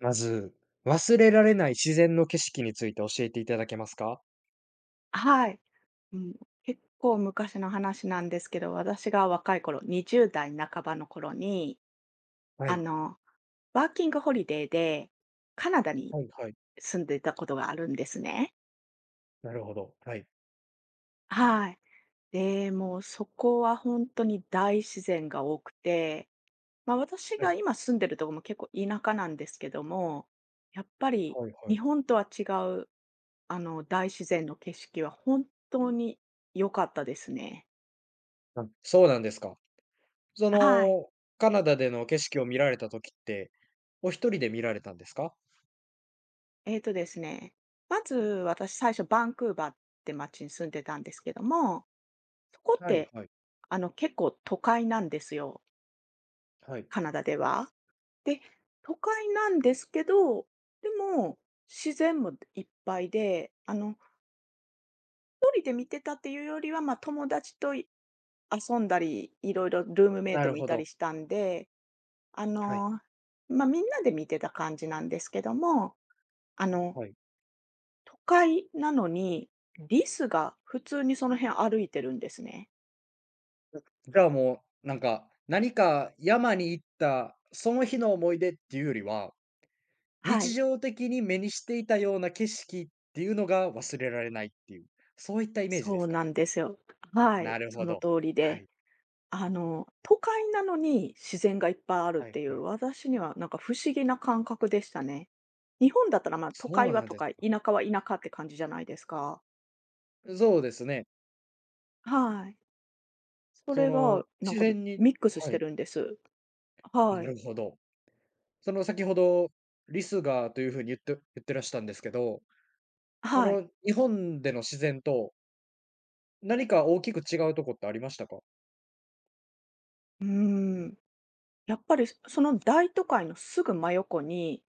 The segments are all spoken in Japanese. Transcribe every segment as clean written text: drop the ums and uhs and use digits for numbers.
まず、忘れられない自然の景色について教えていただけますか？はい。うん、結構昔の話なんですけど、私が若い頃、20代半ばの頃に、はあい。の、ワーキングホリデーでカナダにはいはい。住んでいたことがあるんですね。なるほど。はい。はい。で、もうそこは本当に大自然が多くて、ま、私はがい。今住んでるとこも結構田舎なんですけども、やっぱりはいは日い。本とは違う、大自然の景色は本当に良かったですね。あ、そうなんですか。そはい。の、カナダでの景色を見られた時って、お一人で見られたんですか？ですね、まず私最初バンクーバーって町に住んでたんですけども、そこっはいて、はい。結構都会なんですよ、はい。カナダでは。で、都会なんですけど、でも自然もいっぱいで、一人で見てたっていうよりは、ま、友達と遊んだり、いろいろルームメイなトるもいほたど。りしたんで、あはい。の、ま、みんなで見てた感じなんですけども、あのはい。都会なのに、リスが普通にその辺歩いてるんですね。じゃあ、もう、なんか、何か山に行った、その日の思い出っていうよりは、は日い。常的に目にしていたような景色っていうのが忘れられないっていう、そういったイメージでそうすか？なんですよ。はい、なるそほのど。通りはで。い。都会なのに自然がいっぱいあるはっいていはう、い。私にはなんか不思議な感覚でしたね。日本だったら、ま、都そ会うはなん都です会、田か。舎は田舎って感じじゃないですか。そうですね。はい。そそれがの、なん自か然にミックスしはてい、るんです。はない。るほど。その先ほど、リスがという風に言ってらしたんですけど、そはい。の日本での自然と何か大きく違うとこってありましたか？うーん。やっぱりその大都会のすぐ真横に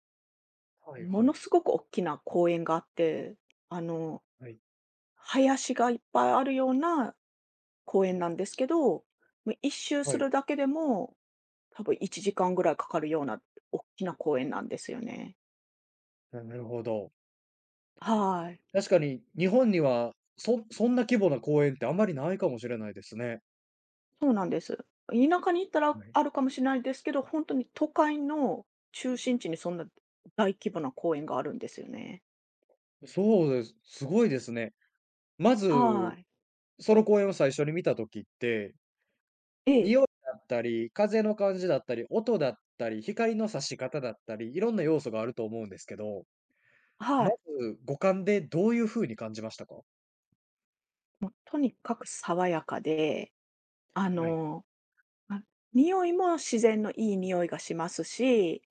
はいもはのい。すごく大きな公園があって、あの、はい。林がいっぱいあるような公園なんですけど、もう一周すはい、るだけでも、多分1時間ぐらいかかるような大きな公園なんですよね。なるほど。はい。確かに日本には、そんな規模な公園ってあんまりないかもしれないですね。そうなんです。田舎に行ったらはい。あるかもしれないですけど、本当に都会の中心地にそんな大規模な公園があるんですよね。そうです。すごいですね。まはず、い。その公園を最初に見た時ってええ、匂いだったり、風の感じだったり、音だったり、光の差し方だったり、いろんな要素があると思うんですけど、はまい。ず五感でどういう風に感じましたか？もうとにかく爽やかで、あはい、のあ、匂いも自然のいい匂いがしますし、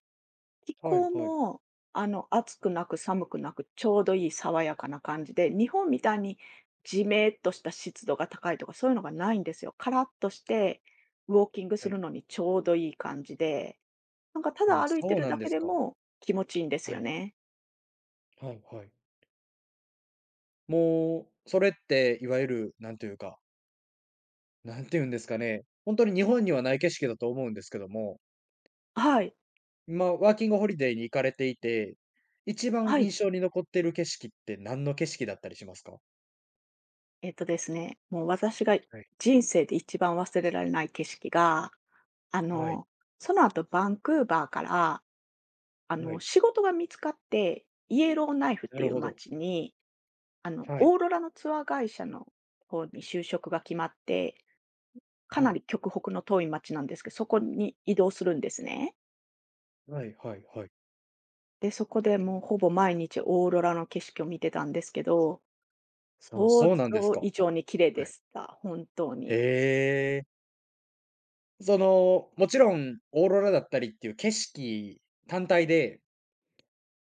気はい候はい。も、暑くなく寒くなく、ちょうどいい爽やかな感じで、日本みたいにじめっとした湿度が高いとか、そういうのがないんですよ。カラッとして、ウォーキングすはるい。のにちょうどいい感じで、なんかたあ、だ歩いてそうるなんだでけすでか。も気持ちいいんですはよい、ね。はいはい。もう、それっていわゆるなんというか、なんて言うんですかね、ほんとに日本にはない景色だと思うんですけども、はい。今ワーキングホリデーに行かれていて、一番はい。印象に残ってる景色って何の景色だったりしますか？ですね、もう私がはい、人生で一番忘れられない景色が、あはい、の、その後バンクーバーからはい。仕事が見つかって、イエローナイフっなているうほど。街に、はい。オーロラのツアー会社の方に就職が決まって、かはない。り極北の遠い街なんですけど、そこに移動するんですね。はいはいはい。で、そこでもうほぼ毎日オーロラの景色を見てたんですけど、あ、想そうなんです像か。以上に綺麗ではい。した、本当に。へえ。その、もちろんオーロラだったりっていう景色単体で、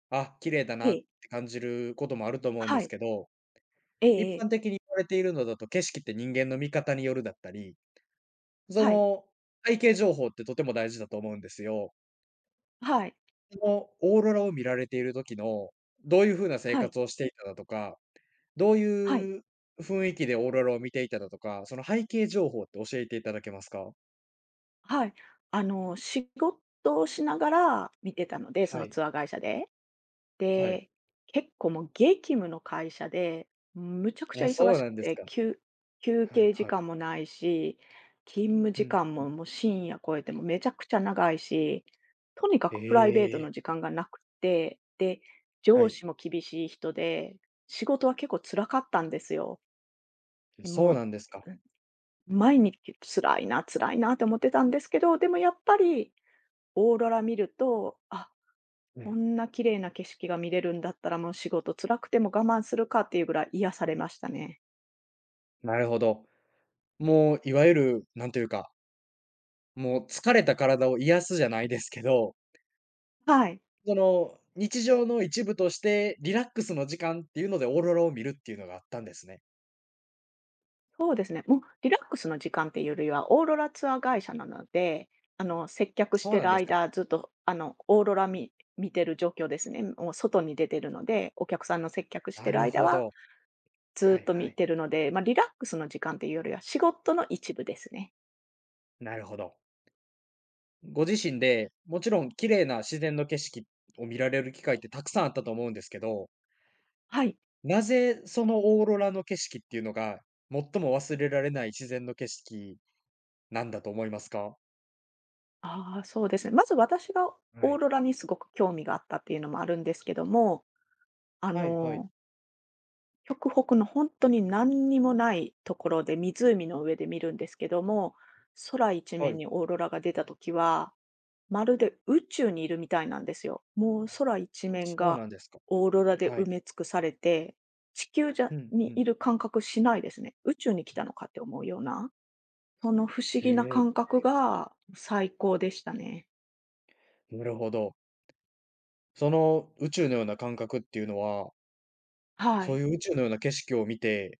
あ、綺麗だえなっえ、て感じることもあると思うんではすい、けど、え一え、ええ般的に言われているのだと、景色って人間の見方によるだったり、そはい、の、背景情報ってとても大事だと思うんですよ。はい、そのオーロラを見られている時の、どういう風な生はい、活をしていただとかどうはい、いう雰囲気でオーロラを見ていただとか、その背景情報って教えていただけますか？はい。仕事をしながら見てたので、そはのい、ツアー会社で。はい。で、結構もう激務の会社で、むちゃくちゃあ、忙そうしなくんですて、か。休休はい憩時はい。間もないし、勤務う時ん間ももう深夜超えてもめちゃくちゃ長いし、とにかへくプライベートのえ。時間がなくて、で、は上い。司も厳しい人で、仕事は結構辛かったんですよ。もそうう、なんですか。うん毎日辛いな、辛いなって思ってたんですけど、でもやっぱりオーロラ見ると、あ、はこい。んな綺麗な景色が見れるんだったら、もう仕事辛くても我慢するかっていうぐらい癒されましたね。なるほど。もういわゆる、なんというか、もう疲れた体を癒すじゃないですけど、はい。その、日常の一部としてリラックスの時間っていうのでオーロラを見るっていうのがあったんですね。そうですね。もうリラックスの時間っていうよりは、オーロラツアー会社なので、接客しそうてなんるですか。間、ずっと、オーロラ見てる状況ですね。もう外に出てるので、お客さんの接客しなてるる間ほはど。ずはっいとは見い。てるので、まあ、リラックスの時間っていうよりは、仕事の一部ですね。なるほど。ご自身で、もちろん綺麗な自然の景色を見られる機会ってたくさんあったと思うんですけど、はい。なぜそのオーロラの景色っていうのが、最も忘れられない自然の景色なんだと思いますか？ああ、そうですね。まず私がはオーい。ロラにすごく興味があったっていうのもあるんですけども、あはいはい。の極北の本当に何にもないところで、湖の上で見るんですけども、空一は面い。にオーロラが出た時は、まるで宇宙にいるみたいなんですよ。もう空一あ、面そうがなんですか。オーロラでは埋い。め尽くされて、地球じゃうん、うにん。いる感覚しないですね。宇宙に来たのかって思うような、その不思へ議なえ、感覚が最高でしたね。なるほど。その宇宙のような感覚っていうのは、はそういい。う宇宙のような景色を見て、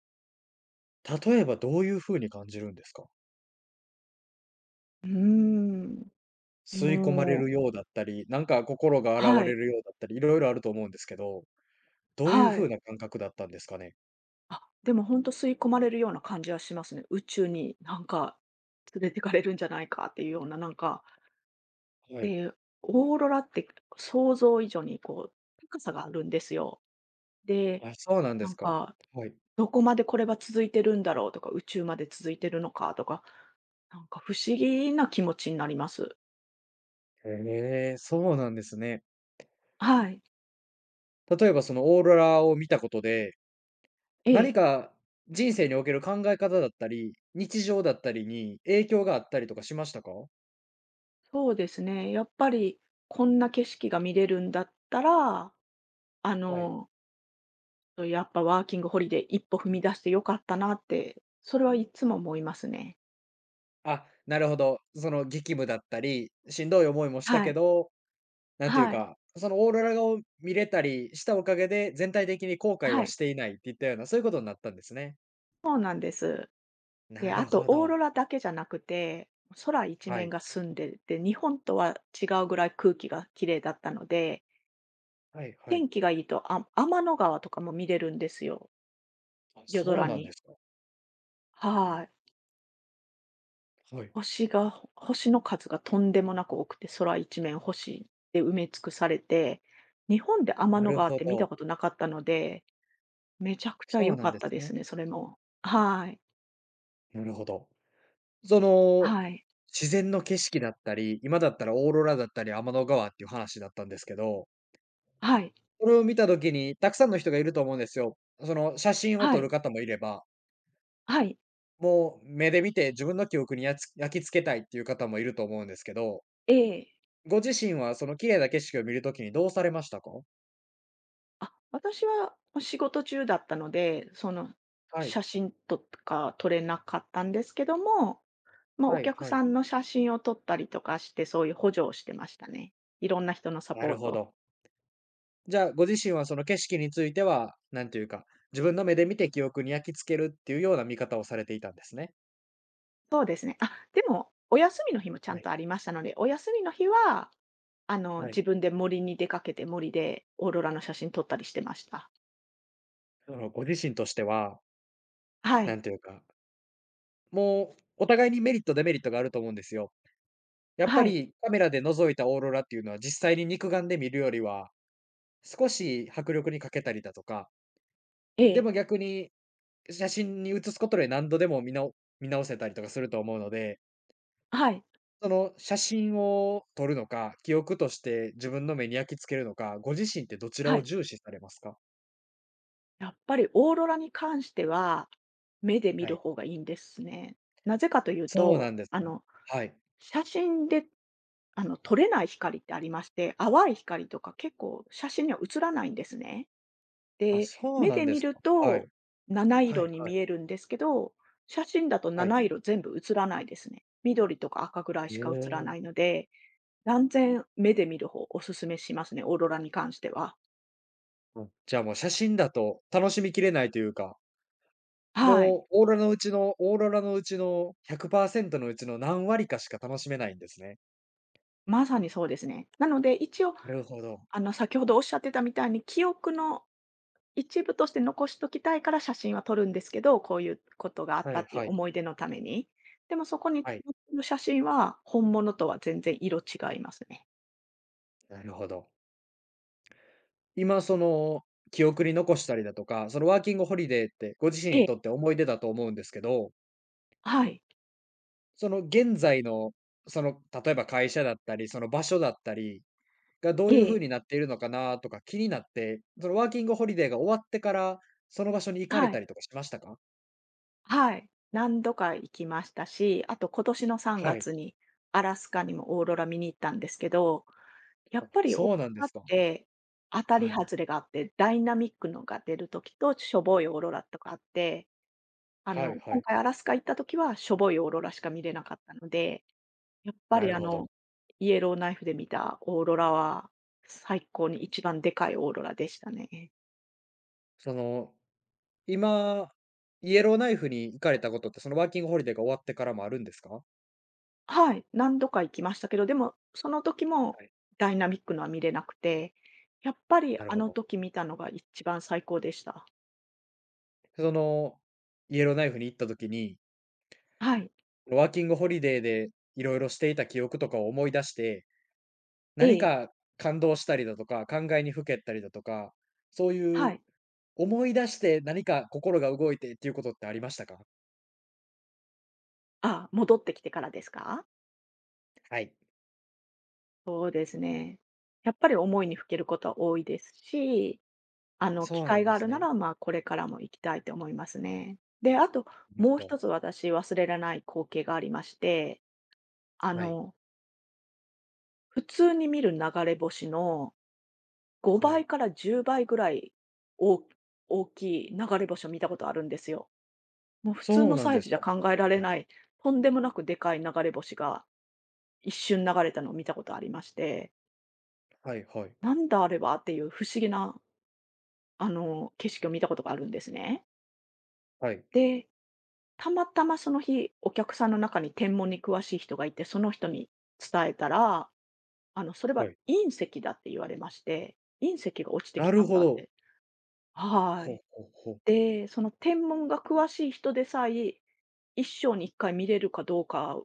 例えばどういうふうに感じるんですか？うーん。吸い込まれもうるようだったり、なんか心が洗わはれい、るようだったり、いろいろあると思うんですけど、どういうは風い。な感覚だったんですかね？あ、でもほんと吸い込まれるような感じはしますね。宇宙になんか連れてかれるんじゃないかっていうような、なんか、はい。で、オーロラって想像以上にこう高さがあるんですよ。で、あ、そうなんでなすんか。か、はい。どこまでこれは続いてるんだろうとか、宇宙まで続いてるのかとか、なんか不思議な気持ちになります。へえ、そうなんですね。はい。例えばそのオーロラを見たことで、え何え、か人生における考え方だったり、日常だったりに影響があったりとかしましたか？そうですね。やっぱりこんな景色が見れるんだったら、あはい。のと、やっぱワーキングホリデー一歩踏み出して良かったなって、それはいつも思いますね。あ、なるほど。その激務だったり、しんどい思いもしたはけい。ど、なんというはい。か、そのオーロラを見れたりしたおかげで、全体的に後悔ははい。していないっていったような、そういうことになったんですね。で、なあるとほオーど。ロラだけじゃなくて、空一は面い。が澄んでて、日本とは違うぐらい空気が綺麗だったので、はいはい。天気がいいと、天の川とかも見れるんですよ、あ、夜そう空なんでに。すか。はい。はい。星の数がとんでもなく多くて、空一面星で埋め尽くされて、日本で天なのる川っほて見たど。ことなかったのでめちゃくちゃそう良なかんっでたすですね。ね、それも。はい。なるほど。その、はい。自然の景色だったり、今だったらオーロラだったり、天の川っていう話だったんですけど、はい。それを見た時にたくさんの人がいると思うんですよ。その写真をは撮るい。方もいれば、はい。もう目で見て自分の記憶にやつ焼き付けたいっていう方もいると思うんですけどええ。ご自身はその綺麗な景色を見るときにどうされましたか？あ、私はお仕事中だったので、はい、写真とか撮れなかったんですけども、まあ、はおい客はい。さんの写真を撮ったりとかして、そういう補助をしてましたね。いろんな人のサなポーるトほを。ど。じゃあ、ご自身はその景色については、なんていうか、自分の目で見て記憶に焼き付けるっていうような見方をされていたんですね。そうですね。あ、でも、お休みの日もちゃはんい、とありましたので、お休みの日は、はい。自分で森に出かけて、森でオーロラの写真撮ったりしてました。そのご自身としては、はない。んていうか、もうお互いにメリット、デメリットがあると思うんですよ。やっぱはい。りカメラで覗いたオーロラっていうのは実際に肉眼で見るよりは、少し迫力に欠けたりだとか、えでえ。も逆に写真に写すことで何度でも見直せたりとかすると思うので、はい、その写真を撮るのか、記憶として自分の目に焼き付けるのか、ご自身ってどちらはをい。重視されますか？やっぱりオーロラに関しては、目で見はるい。方がいいんですね。なぜかというそうなと、んですか？はい。写真で、撮れない光ってありまして、淡い光とか結構写真には映らないんですね。あ、で、そう目なんでで見するか。はい。と七は色いにはい。見えるんですけど、写真だとはい。七色全部映らないですね。緑とか赤ぐらいへしか映らえ。ないので、断然目で見る方おすすめしますね、オーロラに関しては。うん。じゃあもう写真だと楽しみきれないというか、はい。もうオーロラのうちの100%のうちの何割かしか楽しめないんですね。まさにそうですね。なので、一応なるほど。先ほどおっしゃってたみたいに、記憶の一部として残しときたいから写真は撮るんですけど、こういうことがあっはたいっていうはい。思い出のために。でもそこに載はっい。てる写真は、本物とは全然色違いますね。なるほど。今その、記憶に残したりだとか、そのワーキングホリデーってご自身ええ、にとって思い出だと思うんですけど、はい。その現在の、その例えば会社だったり、その場所だったりがどうえいう風え、になっているのかなとか気になって、そのワーキングホリデーが終わってから、その場所に行かれはたい、りとかしましたか？はい。何度か行きましたし、あと今年の3はい。月にアラスカにもオーロラ見に行ったんですけど、やあ、っぱりオーロそうなんでラすっか。て当たりはい。外れがあって、ダイナミックのが出るときと、しょぼいオーロラとかあってはいは今い。回アラスカ行った時は、しょぼいオーロラしか見れなかったので、やっぱなりるほど。イエローナイフで見たオーロラは、最高に一番でかいオーロラでしたね。その、今、イエローナイフに行かれたことって、そのワーキングホリデーが終わってからもあるんですか？はい、何度か行きましたけど、でも、その時もはい、ダイナミックのは見れなくて、やっぱりなるあほのど。時見たのが一番最高でした。その、イエローナイフに行った時に、はい。ワーキングホリデーでいろいろしていた記憶とかを思い出して、え何え、か感動したりだとか、考えにふけったりだとか、そういはうい。思い出して何か心が動いてっていうことってありましたか？あ、戻ってきてからですか？はい。そうですね。やっぱり思いにふけることは多いですし機そうな会んがであるすなね。ら、まあ、これからも行きたいと思いますね。で、あと、なるほもう一ど。つ私忘れられない光景がありまして、あはい。の、普通に見る流れ星のは5い。倍から10倍ぐらい大大きい流れ星を見たことあるんですよ。もう普通そうのなんサイでズすじか。ゃは考えられい。ない、とんでもなくでかい流れ星が一瞬流れたのを見たことありまして、はいはい。なんだあれはっていう不思議な、景色を見たことがあるんですね。はい。で、たまたまその日、お客さんの中に天文に詳しい人がいて、その人に伝えたら、それははい。隕石だって言われまして、隕石が落ちてなきるたんほだっど。て。はほうい。ほうほう。で、その天文が詳しい人でさえ、一生に一回見れるかどうか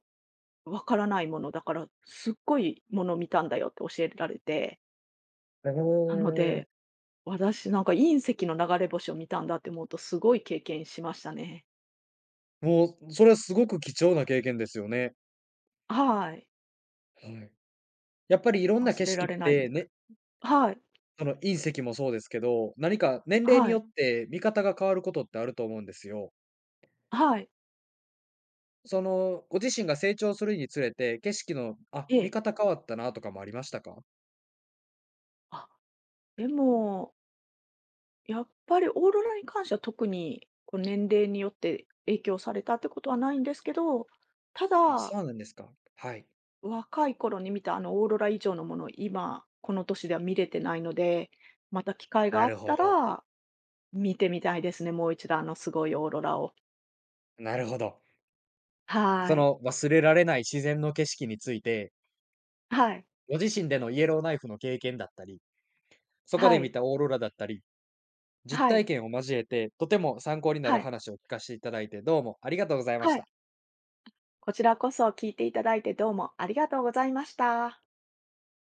わからないものだから、すっごいもの見たんだよって教えられて、へなのえ。で、私なんか隕石の流れ星を見たんだって思うとすごい経験しましたね。もう、それはすごく貴重な経験ですよね。はい。はい。やっぱりいろんな忘景れ色らっれないでて、す。ね、はい、その隕石もそうですけど、何か年齢にはよい。って見方が変わることってあると思うんですよ。はい、その、ご自身が成長するにつれて、景色の、あ、え見え。方変わったなとかもありましたか？あ、でも、やっぱりオーロラに関しては特に、こう、年齢によって影響されたってことはないんですけど、たうん、だ、そうなんですか。はい。若い頃に見たあのオーロラ以上のものを今、この年では見れてないので、また機会がなあっるほたど、ら見てみたいですね、もう一度あのすごいオーロラを。なるほど。そはい。の忘れられない自然の景色について、はい。ご自身でのイエローナイフの経験だったり、そこはで見い。たオーロラだったり、実は体い。験を交えて、とても参考になはるい。話を聞かせていただいて、どうもありがとうございましはい。た。こちらこそ聞いていただいてどうもありがとうございました。